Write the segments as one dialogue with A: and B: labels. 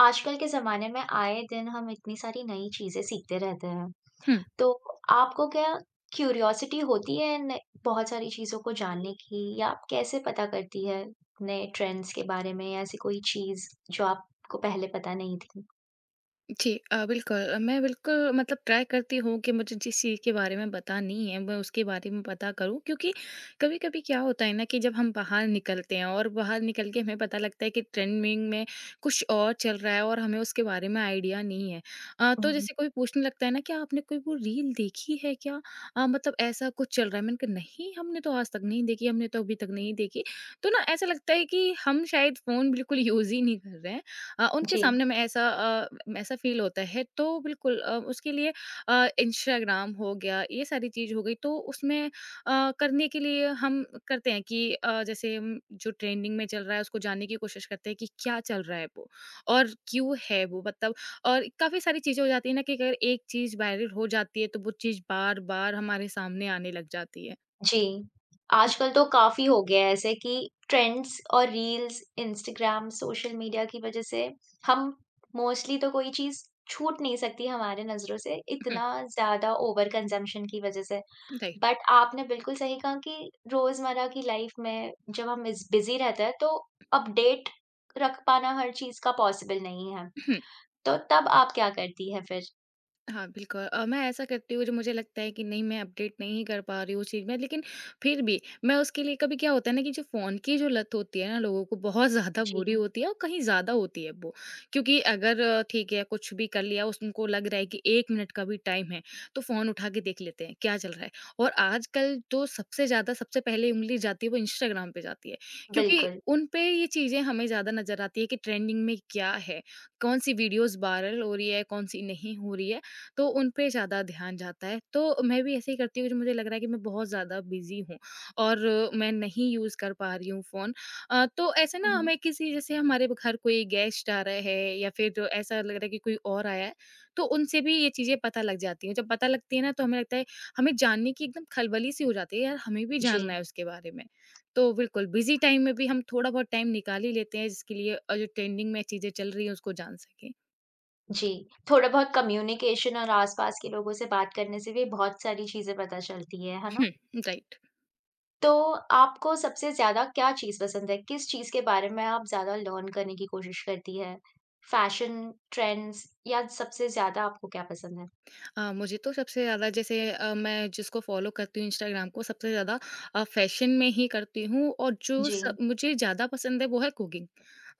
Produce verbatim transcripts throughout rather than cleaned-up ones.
A: आजकल के ज़माने में आए दिन हम इतनी सारी नई चीज़ें सीखते रहते हैं।
B: हुँ।
A: तो आपको क्या क्यूरियोसिटी होती है न, बहुत सारी चीज़ों को जानने की या आप कैसे पता करती है नए ट्रेंड्स के बारे में या ऐसी कोई चीज़ जो आपको पहले पता नहीं थी?
B: जी अ, बिल्कुल। अ, मैं बिल्कुल मतलब ट्राई करती हूँ कि मुझे जिस चीज़ के बारे में पता नहीं है, मैं उसके बारे में पता करूँ क्योंकि कभी-कभी क्या होता है ना कि जब हम बाहर निकलते हैं और बाहर निकल के हमें पता लगता है कि ट्रेंडिंग में कुछ और चल रहा है और हमें उसके बारे में आइडिया नहीं है। अ,
A: हुँ,
B: तो
A: हुँ।
B: जैसे कोई पूछने लगता है ना, "क्या आपने कोई वो रील देखी है क्या? अ, मतलब ऐसा कुछ चल रहा है।" मैंने कहा, "नहीं, हमने तो आज तक नहीं देखी, हमने तो अभी तक नहीं देखी।" तो ना ऐसा लगता है कि हम शायद फ़ोन बिल्कुल यूज़ ही नहीं कर रहे हैं। अ, उनके
A: जी।
B: सामने में ऐसा अ, ऐसा फ़ील होता है, तो बिल्कुल अ, उसके लिए अ, इंस्टाग्राम हो गया, ये सारी चीज़ हो गई, तो उसमें अ, करने के लिए हम करते हैं कि अ, जैसे हम जो ट्रेंडिंग में चल रहा है उसको जानने की कोशिश करते हैं कि क्या चल रहा है वो और क्यों है वो, मतलब और काफ़ी सारी चीज़ें हो जाती है ना कि अगर एक चीज़ वायरल हो जाती है तो वो चीज़ बार-बार हमारे सामने आने लग जाती है।
A: जी। आजकल तो काफ़ी हो गया है ऐसे कि ट्रेंड्स और रील्स, इंस्टाग्राम, सोशल मीडिया की वज़ह से हम मोस्टली तो कोई चीज़ छूट नहीं सकती हमारे नज़रों से, इतना ज़्यादा ओवर कंज़म्पशन की वज़ह से।
B: राइट।
A: बट आपने बिल्कुल सही कहा कि रोज़मर्रा की लाइफ़ में जब हम इस बिज़ी रहते हैं तो अपडेट रख पाना हर चीज़ का पॉसिबल नहीं है। तो तब आप क्या करती हैं फिर?
B: हाँ, बिल्कुल, अ, मैं ऐसा करती हूँ, जो मुझे लगता है कि नहीं, मैं अपडेट नहीं कर पा रही हूँ उस चीज़ में, लेकिन फिर भी मैं उसके लिए कभी क्या होता है ना कि जो फ़ोन की जो लत होती है ना लोगों को, बहुत ज़्यादा
A: जी,
B: बुरी होती है और कहीं ज़्यादा होती है वो। क्योंकि अगर अ, ठीक है, कुछ भी कर लिया, उस उनको लग रहा है कि एक मिनट का भी टाइम है, तो फ़ोन उठा के देख लेते हैं क्या चल रहा है। और आजकल तो सबसे ज़्यादा, सबसे पहले उँगली जाती है वो इंस्टाग्राम पे जाती है। क्योंकि
A: बिल्कुल।
B: उन पे ये चीज़ें हमें ज़्यादा नज़र आती है कि ट्रेंडिंग में क्या है, कौन-सी वीडियोज़ वायरल हो रही है, कौन-सी नहीं हो रही है। तो उन पे ज़्यादा ध्यान जाता है। तो मैं भी ऐसे ही करती हूँ, जो मुझे लग रहा है कि मैं बहुत ज़्यादा बिज़ी हूँ और मैं नहीं यूज़ कर पा रही हूँ फ़ोन। अ, तो ऐसे ना
A: हुँ, हुँ।
B: हमें किसी जैसे हमारे घर कोई गेस्ट आ रहे हैं या फिर जो ऐसा लग रहा है कि कोई और आया है, तो उनसे भी ये चीज़ें पता लग जाती हैं। जब पता लगती है ना, तो हमें लगता है हमें जानने की एकदम खलबली-सी हो जाती है, यार हमें भी जानना
A: जी।
B: है उसके बारे में। तो बिल्कुल, बिज़ी टाइम में भी हम थोड़ा बहुत टाइम निकाल ही लेते हैं जिसके लिए अ, जो ट्रेंडिंग में चीज़ें चल रही हैं उसको जान सकें।
A: जी, थोड़ा बहुत कम्युनिकेशन और आस-पास के लोगों से बात करने से भी बहुत सारी चीज़ें पता चलती है, है ना?
B: हुँ, राइट।
A: तो आपको सबसे ज़्यादा क्या चीज़ पसंद है? किस चीज़ के बारे में आप ज़्यादा लर्न करने की कोशिश करती है? फैशन, ट्रेंड्स या सबसे ज़्यादा आपको क्या पसंद है?
B: हाँ, मुझे तो सबसे ज़्यादा जैसे अ, मैं जिसको फ़ॉलो करती हूँ इंस्टाग्राम को, सबसे ज़्यादा अ, फ़ैशन में ही करती हूँ, और जो
A: जी,
B: स मुझे ज़्यादा पसंद है वो है कुकिंग।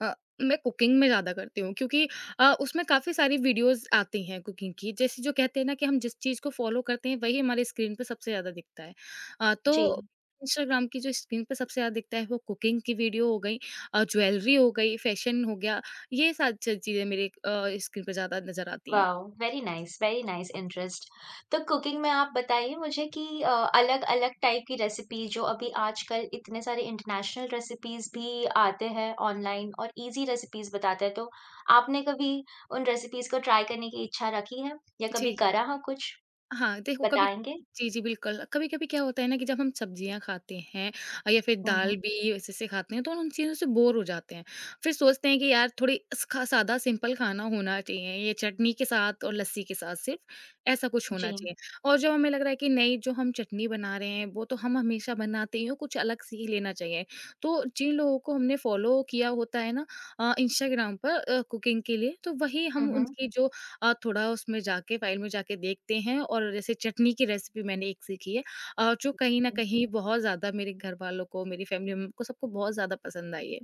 B: अ, मैं कुकिंग में ज़्यादा करती हूँ, क्योंकि अ, उसमें काफ़ी सारी वीडियोज़ आती हैं कुकिंग की। जैसे जो कहते हैं ना कि हम जिस चीज़ को फ़ॉलो करते हैं वही हमारे स्क्रीन पे सबसे ज़्यादा दिखता है। अ,
A: जी।
B: तो इंस्टाग्राम की जो स्क्रीन पे सबसे ज़्यादा दिखता है वो कुकिंग की वीडियो हो गई, अ, ज्वेलरी हो गई, फ़ैशन हो गया, ये सारी च चीज़ें मेरे अ, स्क्रीन पे ज़्यादा नज़र आती हैं।
A: Wow! Very nice, very nice interest. तो कुकिंग में आप बताइए मुझे कि अ, अलग-अलग टाइप की रेसिपी जो अभी आजकल इतने सारे इंटरनेशनल रेसिपीज़ भी आते हैं ऑनलाइन और ईज़ी रेसिपीज़ बताते हैं, तो आपने कभी उन रेसिपीज़ को ट्राई करने की इच्छा रखी है या कभी
B: जी।
A: करा हो कुछ?
B: हाँ, देखो, कभी
A: बताएँगे?
B: जी, जी, बिल्कुल। कभी-कभी क्या होता है ना कि जब हम सब्जियाँ खाते हैं, अ, या फिर
A: हुँ,
B: दाल
A: हुँ।
B: भी ऐसे-ऐसे खाते हैं, तो उन चीज़ों से बोर हो जाते हैं। फिर सोचते हैं कि यार थोड़ी स खा सादा सिंपल खाना होना चाहिए, ये चटनी के साथ और लस्सी के साथ सिर्फ़, ऐसा कुछ होना
A: जी।
B: चाहिए। और जो हमें लग रहा है कि नहीं, जो हम चटनी बना रहे हैं, वो तो हम हमेशा बनाते ही हैं, कुछ अलग से ही लेना चाहिए। तो जिन लोगों को हमने फ़ॉलो किया होता है ना, अ, इंस्टाग्राम पर, अ, कुकिंग के लिए, तो वही
A: हुँ,
B: हम
A: हुँ।
B: उनकी जो अ, थोड़ा उसमें जाके फाइल में जाके देखते हैं, और जैसे चटनी की रेसिपी मैंने एक सीखी है, अ, जो कहीं न कहीं बहुत ज़्यादा मेरे घर वालों को, मेरी फैमिली में को सबको बहुत ज़्यादा पसंद आई है।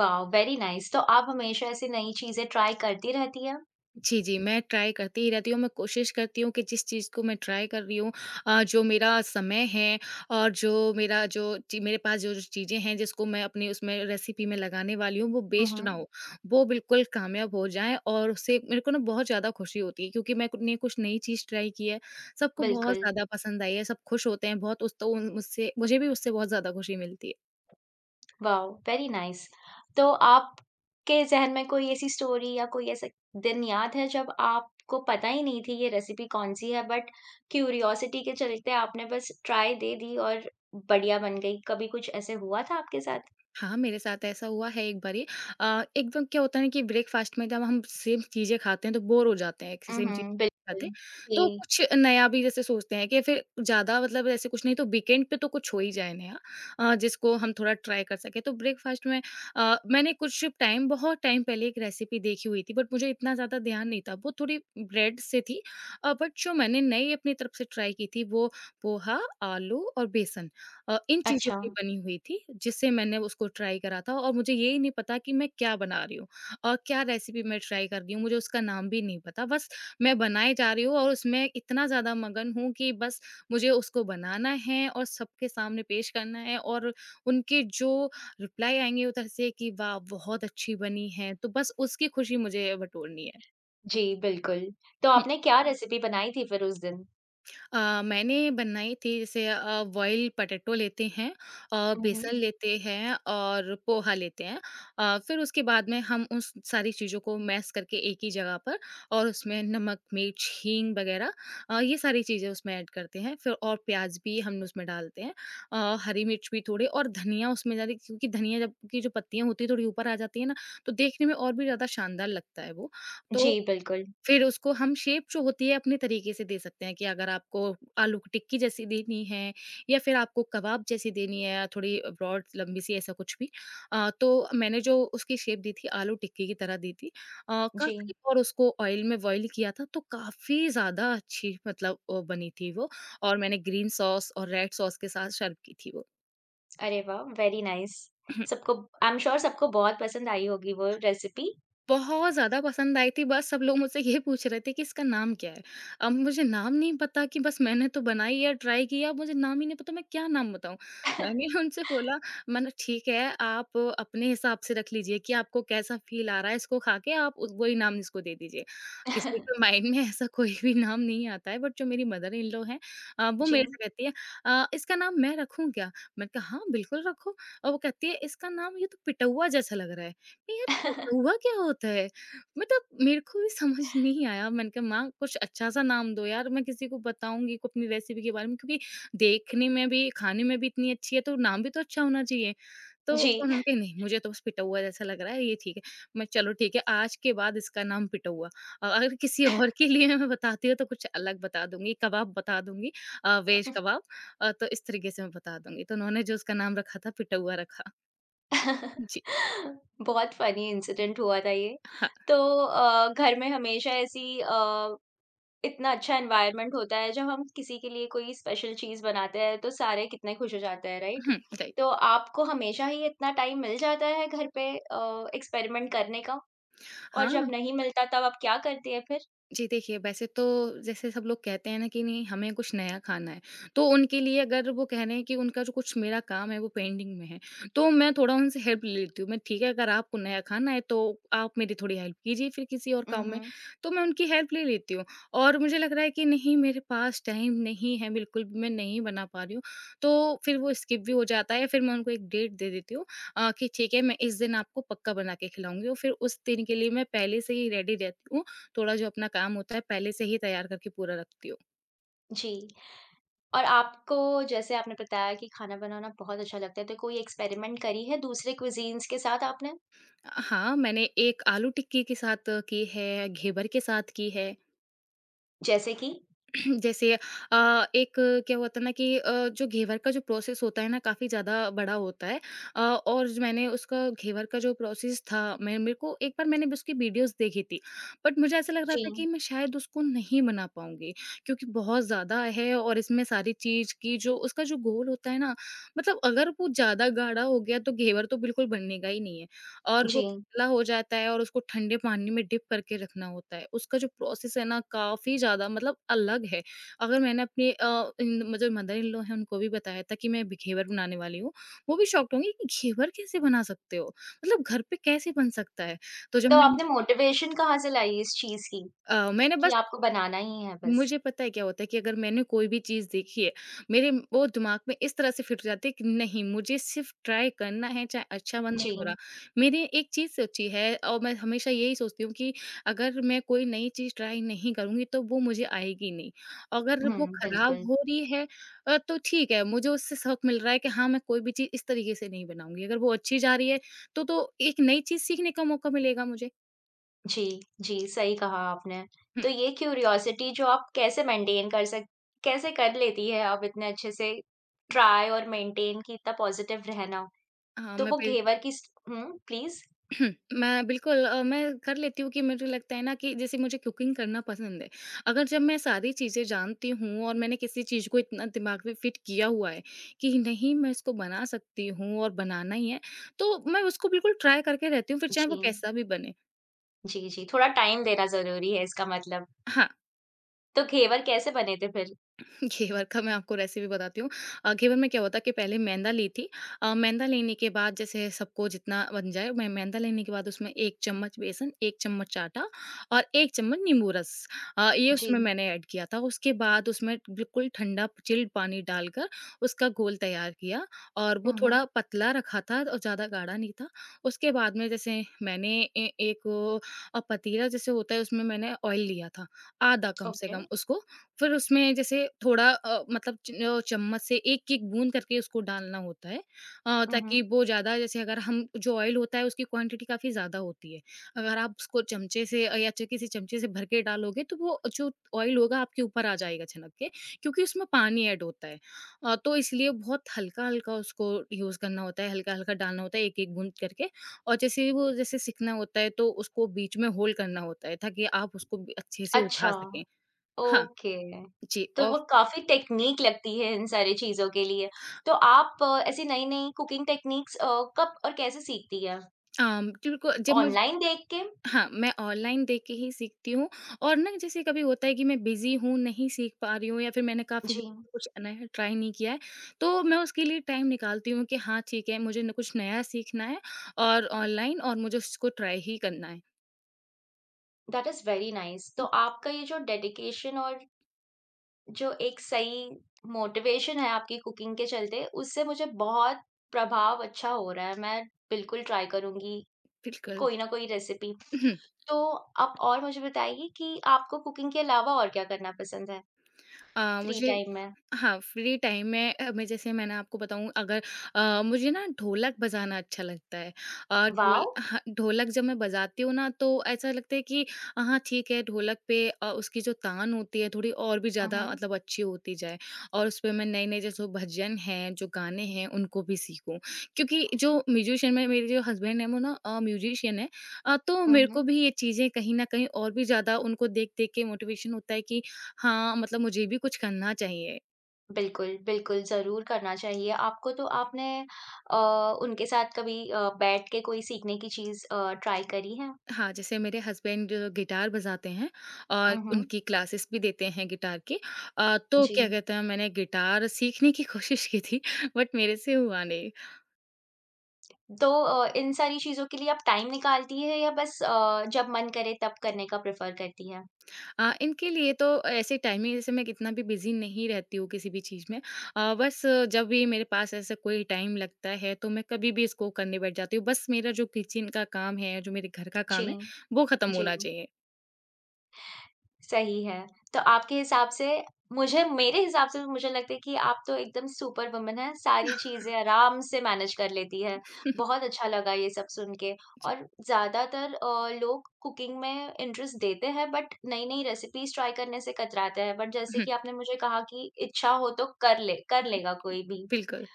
A: वाओ! Very nice. तो आप हमेशा ऐसी नई चीज़ें ट्राई करती रहती हैं?
B: जी, जी, मैं ट्राई करती ही रहती हूँ, मैं कोशिश करती हूँ कि जिस चीज़ को मैं ट्राई कर रही हूँ, अ, जो मेरा समय है और जो मेरा जो ची मेरे पास जो-जो चीज़ें हैं जिसको मैं अपनी उसमें रेसिपी में लगाने वाली हूँ, वो
A: हुँ,
B: वेस्ट ना
A: हुँ।
B: हो। वो बिल्कुल कामयाब हो जाएँ और उससे मेरे को ना बहुत ज़्यादा खुशी होती है, क्योंकि मैं ने कुछ नई चीज़ ट्राई की है, सबको बहुत
A: बिल्कुल।
B: ज़्यादा पसंद आई है, सब खुश होते हैं बहुत, उस तो उन मुझसे मुझे भी उससे बहुत ज़्यादा खुशी मिलती है।
A: वाओ! Very nice. तो आपके ज़हन में कोई ऐसी स्टोरी या कोई ऐसा दिन याद है जब आपको पता ही नहीं थी ये रेसिपी कौन-सी है बट क्यूरियोसिटी के चलते आपने बस ट्राई दे दी और बढ़िया बन गई, कभी कुछ ऐसे हुआ था आपके साथ?
B: हाँ, मेरे साथ ऐसा हुआ है एक बारी। अ, एकदम क्या होता है ना कि ब्रेकफ़ास्ट में जब हम सेम चीज़ें खाते हैं तो बोर हो जाते हैं,
A: हुँ,
B: सेम चीज़
A: हुँ,
B: खाते
A: बिल्कुल।
B: हैं। तो
A: जी,
B: कुछ नया भी जैसे सोचते हैं कि फिर ज़्यादा मतलब ऐसे कुछ नहीं तो वीकेंड पे तो कुछ हो ही जाए नया, अ, जिसको हम थोड़ा ट्राई कर सकें। तो ब्रेकफ़ास्ट में अ, मैंने कुछ टाइम, बहुत टाइम पहले एक रेसिपी देखी हुई थी, बट मुझे इतना ज़्यादा ध्यान नहीं था। वो थोड़ी ब्रेड से थी, अ, बट जो मैंने नई अपनी तरफ से ट्राई की थी वो पोहा, आलू और बेसन, अ, इन चीज़ों
A: अच्छा।
B: की बनी हुई थी, जिससे मैंने उसको ट्राई करा था, और मुझे ये ही नहीं पता कि मैं क्या बना रही हूँ और क्या रेसिपी मैं ट्राई कर रही हूँ, मुझे उसका नाम भी नहीं पता। बस मैं बनाए जा रही हूँ और उसमें इतना ज़्यादा मगन हूँ कि बस मुझे उसको बनाना है और सबके सामने पेश करना है, और उनके जो रिप्लाई आएँगे उधर से कि वाह! बहुत अच्छी बनी है, तो बस उसकी खुशी मुझे बटोरनी
A: जी, बिल्कुल। तो
B: है।
A: आपने क्या रेसिपी बनाई थी फिर उस दिन?
B: अ, मैंने बनाई थी जैसे, अ, बॉइल पटेटो लेते हैं और
A: हुँ, हुँ।
B: बेसन लेते हैं और पोहा लेते हैं। अ, फिर उसके बाद में हम उस सारी चीज़ों को मैश करके एक ही जगह पर, और उसमें नमक, मिर्च, हींग वगैरह, अ, ये सारी चीज़ें उसमें ऐड करते हैं। फिर और प्याज़ भी हम उसमें डालते हैं। अ, हरी मिर्च भी थोड़ी, और धनिया उसमें डाली, क्योंकि धनिया जब की जो पत्तियाँ होती हैं थोड़ी ऊपर आ जाती है ना, तो देखने में और भी ज़्यादा शानदार लगता है वो। तो
A: जी, बिल्कुल।
B: फिर उसको हम शेप जो होती है अपने तरीके से दे सकते हैं, कि अगर आपको आलू की टिक्की जैसी देनी है, या फिर आपको कबाब जैसी देनी है, या थोड़ी ब्रॉड लंबी सी, ऐसा कुछ भी, अ, तो मैंने जो उसकी शेप दी थी आलू टिक्की की तरह दी थी, अ, काफ़ी,
A: जी।
B: और उसको ऑयल में बॉईल किया था, तो काफ़ी ज़्यादा अच्छी मतलब अ, बनी थी वो। और मैंने ग्रीन सॉस और रेड सॉस के साथ सर्व की थी वो।
A: अरे वाह! Very nice. सबको आई एम श्योर सबको बहुत पसंद आई होगी वो रेसिपी।
B: बहुत ज़्यादा पसंद आई थी, बस सब लोग मुझसे ये पूछ रहे थे कि इसका नाम क्या है? अब मुझे नाम नहीं पता कि, बस मैंने तो बनाई या ट्राई किया, मुझे नाम ही नहीं पता, मैं क्या नाम बताऊँ? मैंने उनसे बोला, मैंने, ठीक है, आप अपने हिसाब से रख लीजिए कि आपको कैसा फ़ील आ रहा है इसको खा के, आप उ वही नाम इसको दे दीजिए। किसी के माइंड में ऐसा कोई भी नाम नहीं आता है, बट जो मेरी मदर इन लॉ हैं, अ, वो
A: जी।
B: मेरे से कहती है, अ, "इसका नाम मैं रखूँ क्या?" मैंने कहा, "हाँ, बिल्कुल रखो।" और वो कहती है, "इसका नाम ये तो पिटौआ जैसा लग रहा है।" यार हुआ क्या होता है? मतलब मेरे को भी समझ नहीं आया। मैंने कहा माँ कुछ अच्छा-सा नाम दो यार, मैं किसी को बताऊँगी को अपनी रेसिपी के बारे में, क्योंकि देखने में भी, खाने में भी इतनी अच्छी है तो नाम भी तो अच्छा होना चाहिए। तो
A: जी।
B: उन्होंने कहा नहीं मुझे तो बस पिटौआ जैसा लग रहा है ये ठीक है। मैं चलो ठीक है आज के बाद इसका नाम पिटौआ। अ, अगर किसी और के लिए मैं बताती हूँ तो कुछ अलग बता दूँगी, कबाब बता दूँगी। अ, वेज कबाब। अ, तो इस तरीके से मैं बता दूँगी। तो उन्होंने जो उसका नाम रखा था पिटौआ रखा। जी,
A: बहुत फ़नी इंसिडेंट हुआ था ये।
B: हाँ।
A: तो अ, घर में हमेशा ऐसी अ, इतना अच्छा एनवायरनमेंट होता है जब हम किसी के लिए कोई स्पेशल चीज़ बनाते हैं तो सारे कितने खुश हो जाते हैं, राइट?
B: हुँ, राइट।
A: तो आपको हमेशा ही इतना टाइम मिल जाता है घर पे अ, एक्सपेरिमेंट करने का? और
B: हाँ,
A: जब नहीं मिलता तब आप क्या करती हैं फिर?
B: जी देखिए, वैसे तो जैसे सब लोग कहते हैं ना कि नहीं हमें कुछ नया खाना है, तो उनके लिए अगर वो कह रहे हैं कि उनका जो कुछ मेरा काम है वो पेंडिंग में है, तो मैं थोड़ा उनसे हेल्प ले लेती हूँ। मैं ठीक है अगर आपको नया खाना है तो आप मेरी थोड़ी हेल्प कीजिए फिर किसी और
A: हुँ,
B: काम में,
A: हुँ।
B: तो मैं उनकी हेल्प ले लेती हूँ। और मुझे लग रहा है कि नहीं मेरे पास टाइम नहीं है बिल्कुल भी, मैं नहीं बना पा रही हूँ, तो फिर वो स्किप भी हो जाता है या फिर मैं उनको एक डेट दे देती हूँ अ, कि ठीक है मैं इस दिन आपको पक्का बना के खिलाऊँगी, और फिर उस दिन के लिए मैं पहले से ही रेडी रहती हूँ। थोड़ा जो अपना काम होता है पहले से ही तैयार करके पूरा रखती हूँ।
A: जी। और आपको जैसे आपने बताया कि खाना बनाना बहुत अच्छा लगता है, तो कोई एक्सपेरिमेंट करी है दूसरे क्विज़ीन्स के साथ आपने?
B: हाँ, मैंने एक आलू टिक्की के साथ की है, घेवर के साथ की है।
A: जैसे कि?
B: जैसे अ, एक क्या हुआ था ना कि अ, जो घेवर का जो प्रोसेस होता है ना काफ़ी ज़्यादा बड़ा होता है। अ, और जो मैंने उसका घेवर का जो प्रोसेस था मैं मेरे को एक बार मैंने भी उसकी वीडियोस देखी थी, बट मुझे ऐसा लग रहा
A: जी,
B: था कि मैं शायद उसको नहीं बना पाऊंगी, क्योंकि बहुत ज़्यादा है और इसमें सारी चीज़ की जो उसका जो गोल होता है ना, मतलब अगर वो ज़्यादा गाढ़ा हो गया तो घेवर तो बिल्कुल बनेगा ही नहीं है, और वो
A: जी।
B: पतला हो जाता है और उसको ठंडे पानी में डिप करके रखना होता है। उसका जो प्रोसेस है ना काफी ज्यादा मतलब अलग है। अगर मैंने अपने अ, इन मुझे मदर इन लॉ हैं उनको भी बताया था कि मैं ब घेवर बनाने वाली हूँ, वो भी शॉक्ड होंगी कि घेवर कैसे बना सकते हो? मतलब घर पे कैसे बन सकता है? तो जब
A: तो
B: मैं
A: आपने मोटिवेशन कहाँ से लाई इस चीज़ की,
B: अ, मैंने बस
A: कि आपको बनाना ही है बस?
B: मुझे पता है क्या होता है कि अगर मैंने कोई भी चीज़ देखी है, मेरे वो दिमाग में इस तरह से फिट जाती है कि नहीं मुझे सिर्फ़ ट्राई करना है चाहे अच्छा बनना
A: जी।
B: है बुरा। मेरी एक चीज़ सच्ची है और मैं हमेशा यही सोचती हूँ कि अगर मैं कोई नई चीज़ ट्राई नहीं करूँगी तो वो मुझे आएगी नहीं। अगर हुँ। वो
A: हुँ,
B: ख़राब
A: बिल्कुल।
B: हो रही है, अ, तो ठीक है मुझे उससे सबक मिल रहा है कि हाँ, मैं कोई भी चीज़ इस तरीके से नहीं बनाऊँगी। अगर वो अच्छी जा रही है तो, तो एक नई चीज़ सीखने का मौका मिलेगा मुझे।
A: जी, जी, सही कहा आपने।
B: हुँ,
A: तो ये क्यूरियोसिटी जो आप कैसे मेंटेन कर सक कैसे कर लेती है आप इतने अच्छे से ट्राई और मेंटेन कि इतना पॉज़िटिव रहना?
B: हाँ,
A: तो
B: मैं
A: वो
B: बिल
A: घेवर की स हुँ, प्लीज़?
B: हम्म, मैं बिल्कुल अ, मैं कर लेती हूँ कि मुझे लगता है ना कि जैसे मुझे कुकिंग करना पसंद है। अगर जब मैं सारी चीज़ें जानती हूँ और मैंने किसी चीज़ को इतना दिमाग में फिट किया हुआ है कि नहीं मैं इसको बना सकती हूँ और बनाना ही है, तो मैं उसको बिल्कुल ट्राई करके रहती हूँ फिर चाहे वो
A: जी।
B: कैसा भी बने।
A: जी, जी, थोड़ा टाइम देना ज़रूरी है इसका मतलब।
B: हाँ,
A: तो घेवर कैसे बने थे फिर?
B: घेवर का मैं आपको रेसिपी बताती हूँ। अ, घेवर में क्या होता है कि पहले मैदा ली थी। अ, मैदा लेने के बाद जैसे सबको जितना बन जाए, मैं मैदा लेने के बाद उसमें एक चम्मच बेसन, एक चम्मच आटा और एक चम्मच नींबू रस, अ, ये
A: जी।
B: उसमें मैंने ऐड किया था। उसके बाद उसमें बिल्कुल ठंडा चिल्ड पानी डालकर उसका घोल तैयार किया, और वो
A: हुँ,
B: थोड़ा
A: हुँ।
B: पतला रखा था और ज़्यादा गाढ़ा नहीं था। उसके बाद में जैसे मैंने ए एक अ, पतीला जैसे होता है उसमें मैंने ऑयल लिया था, आधा कम से
A: ओके।
B: कम उसको। फिर उसमें जैसे थोड़ा अ, मतलब च अ, चम्मच से एक-एक बूँद करके उसको डालना होता है, अ,
A: हुँ,
B: ताकि
A: हुँ।
B: वो ज़्यादा जैसे अगर हम जो ऑयल होता है उसकी क्वांटिटी काफ़ी ज़्यादा होती है। अगर आप उसको चमचे से अ, या च किसी चमचे से भर के डालोगे तो वो जो ऑयल होगा आपके ऊपर आ जाएगा छनक के, क्योंकि उसमें पानी ऐड होता है। अ, तो इसलिए बहुत हल्का-हल्का उसको यूज़ करना होता है, हल्का-हल्का डालना होता है एक-एक बूँद करके, और जैसे वो जैसे सिकना होता है तो उसको बीच में होल करना होता है ताकि आप उसको भी अच्छे से उठा
A: अच्छा।
B: सकें। हाँ।
A: ओके।
B: जी,
A: तो वो
B: ऑफ
A: काफ़ी टेक्नीक लगती है इन सारी चीज़ों के लिए। तो आप अ, ऐसी नई-नई कुकिंग टेक्नीक्स अ, कब और कैसे सीखती हैं?
B: अम, क्योंकि जब मुझे
A: ऑनलाइन देख के?
B: हाँ, मैं ऑनलाइन देख के ही सीखती हूँ। और ना जैसे कभी होता है कि मैं बिज़ी हूँ, नहीं सीख पा रही हूँ या फिर मैंने काफ़ी दिन
A: जी,
B: से कुछ नया ट्राई नहीं किया है, तो मैं उसके लिए टाइम निकालती हूँ कि हाँ, ठीक है, मुझे न कुछ नया सीखना है और ऑनलाइन और मुझे उसको ट्राई ही करना है।
A: That is very nice. तो आपका ये जो डेडिकेशन और जो एक सही मोटिवेशन है आपकी कुकिंग के चलते, उससे मुझे बहुत प्रभाव अच्छा हो रहा है। मैं बिल्कुल ट्राई करूँगी
B: बिल्कुल।
A: कोई ना कोई रेसिपी। तो आप और मुझे बताइए कि आपको कुकिंग के अलावा और क्या करना पसंद है
B: अ,
A: फ्री
B: मुझे
A: टाइम में?
B: हाँ, फ्री टाइम में अ, मैं जैसे मैंने आपको बताऊँ अगर अ, मुझे ना ढोलक बजाना अच्छा लगता है। अ, ढोल
A: वाओ!
B: हाँ, ढोलक जब मैं बजाती हूँ ना तो ऐसा लगता है कि हाँ, ठीक है ढोलक पे अ, उसकी जो तान होती है थोड़ी और भी
A: हुँ,
B: ज़्यादा
A: हुँ।
B: मतलब अच्छी होती जाए, और उसपे मैं नए-नए जैसे भजन हैं, जो गाने हैं उनको भी सीखूँ। क्योंकि जो म्यूजिशियन में मेरे जो हस्बैंड हैं वो ना अ, म्यूजिशियन हैं। अ, तो
A: हुँ,
B: मेरे को
A: हुँ।
B: भी ये चीज़ें कहीं न कहीं और भी ज़्यादा उनको देख-देख के मोटिवेशन होता है कि हाँ, मतलब मुझे भी कुछ करना चाहिए।
A: बिल्कुल, बिल्कुल, ज़रूर करना चाहिए आपको तो आपने अ, उनके साथ कभी अ, बैठ के कोई सीखने की चीज़ अ, ट्राई करी है?
B: हाँ, जैसे मेरे हस्बैंड गिटार बजाते हैं और
A: हुँ, हुँ।
B: उनकी क्लासेस भी देते हैं गिटार की। अ, तो
A: जी।
B: क्या कहते हैं मैंने गिटार सीखने की कोशिश की थी बट मेरे से हुआ नहीं।
A: तो अ, इन सारी चीज़ों के लिए आप टाइम निकालती है या बस अ, जब मन करे तब करने का प्रेफ़र करती है?
B: अ, इनके लिए तो ऐसे टाइमिंग जैसे मैं कितना भी बिज़ी नहीं रहती हूँ किसी भी चीज़ में। अ, बस जब भी मेरे पास ऐसा कोई टाइम लगता है तो मैं कभी भी इसको करने बैठ जाती हूँ। बस मेरा जो किचन का काम है, जो मेरे घर का
A: जी,
B: काम है वो ख़त्म
A: जी।
B: होना चाहिए।
A: सही है। तो आपके हिसाब से मुझे मेरे हिसाब से मुझे लगता है कि आप तो एकदम सुपर वुमन हैं, सारी चीज़ें आराम से मैनेज कर लेती हैं। बहुत अच्छा लगा ये सब सुन के
B: जी।
A: और ज़्यादातर अ, लोग कुकिंग में इंटरेस्ट देते हैं बट नई-नई रेसिपीज़ ट्राई करने से कतराते हैं। बट जैसे
B: हुँ,
A: कि आपने मुझे कहा कि इच्छा हो तो कर ले कर लेगा कोई भी।
B: बिल्कुल।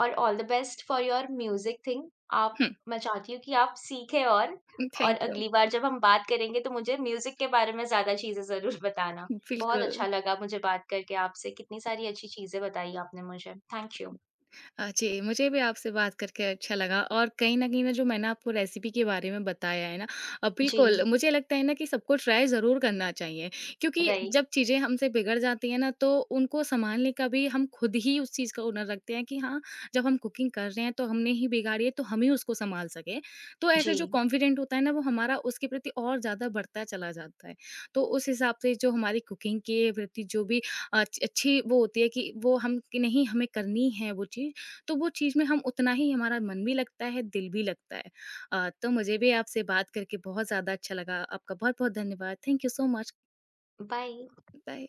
A: और all the best for your music thing. आप
B: हुँ,
A: मैं चाहती हूँ कि आप सीखें और और
B: थैंक यू।
A: अगली बार जब हम बात करेंगे तो मुझे म्यूज़िक के बारे में ज़्यादा चीज़ें ज़रूर बताना। बहुत
B: बिल्कुल।
A: अच्छा लगा मुझे बात करके आपसे, कितनी सारी अच्छी चीज़ें बताई आपने मुझे। Thank you.
B: अ, जी, मुझे भी आपसे बात करके अच्छा लगा। और कहीं न कहीं ना जो मैंने आपको रेसिपी के बारे में बताया है ना, अ,
A: जी,
B: बिल्कुल मुझे लगता है ना कि सबको ट्राई ज़रूर करना चाहिए, क्योंकि
A: राइट।
B: जब चीज़ें हमसे बिगड़ जाती हैं ना तो उनको सँभालने का भी हम खुद ही उस चीज़ का हुनर रखते हैं कि हाँ, जब हम कुकिंग कर रहे हैं तो हमने ही बिगाड़ी है तो हम ही उसको सँभाल सकें। तो ऐसे जो
A: जी,
B: कॉन्फिडेंट होता है ना वो हमारा उसके प्रति और ज़्यादा बढ़ता चला जाता है। तो उस हिसाब से जो हमारी कुकिंग के प्रति जो भी अ, अच्छी वो होती है कि वो हम कि नहीं हमें करनी है वो चीज़, तो वो चीज़ में हम उतना ही हमारा मन भी लगता है, दिल भी लगता है। अ, तो मुझे भी आपसे बात करके बहुत ज़्यादा अच्छा लगा। आपका बहुत-बहुत धन्यवाद। Thank you so much.
A: Bye.
B: Bye.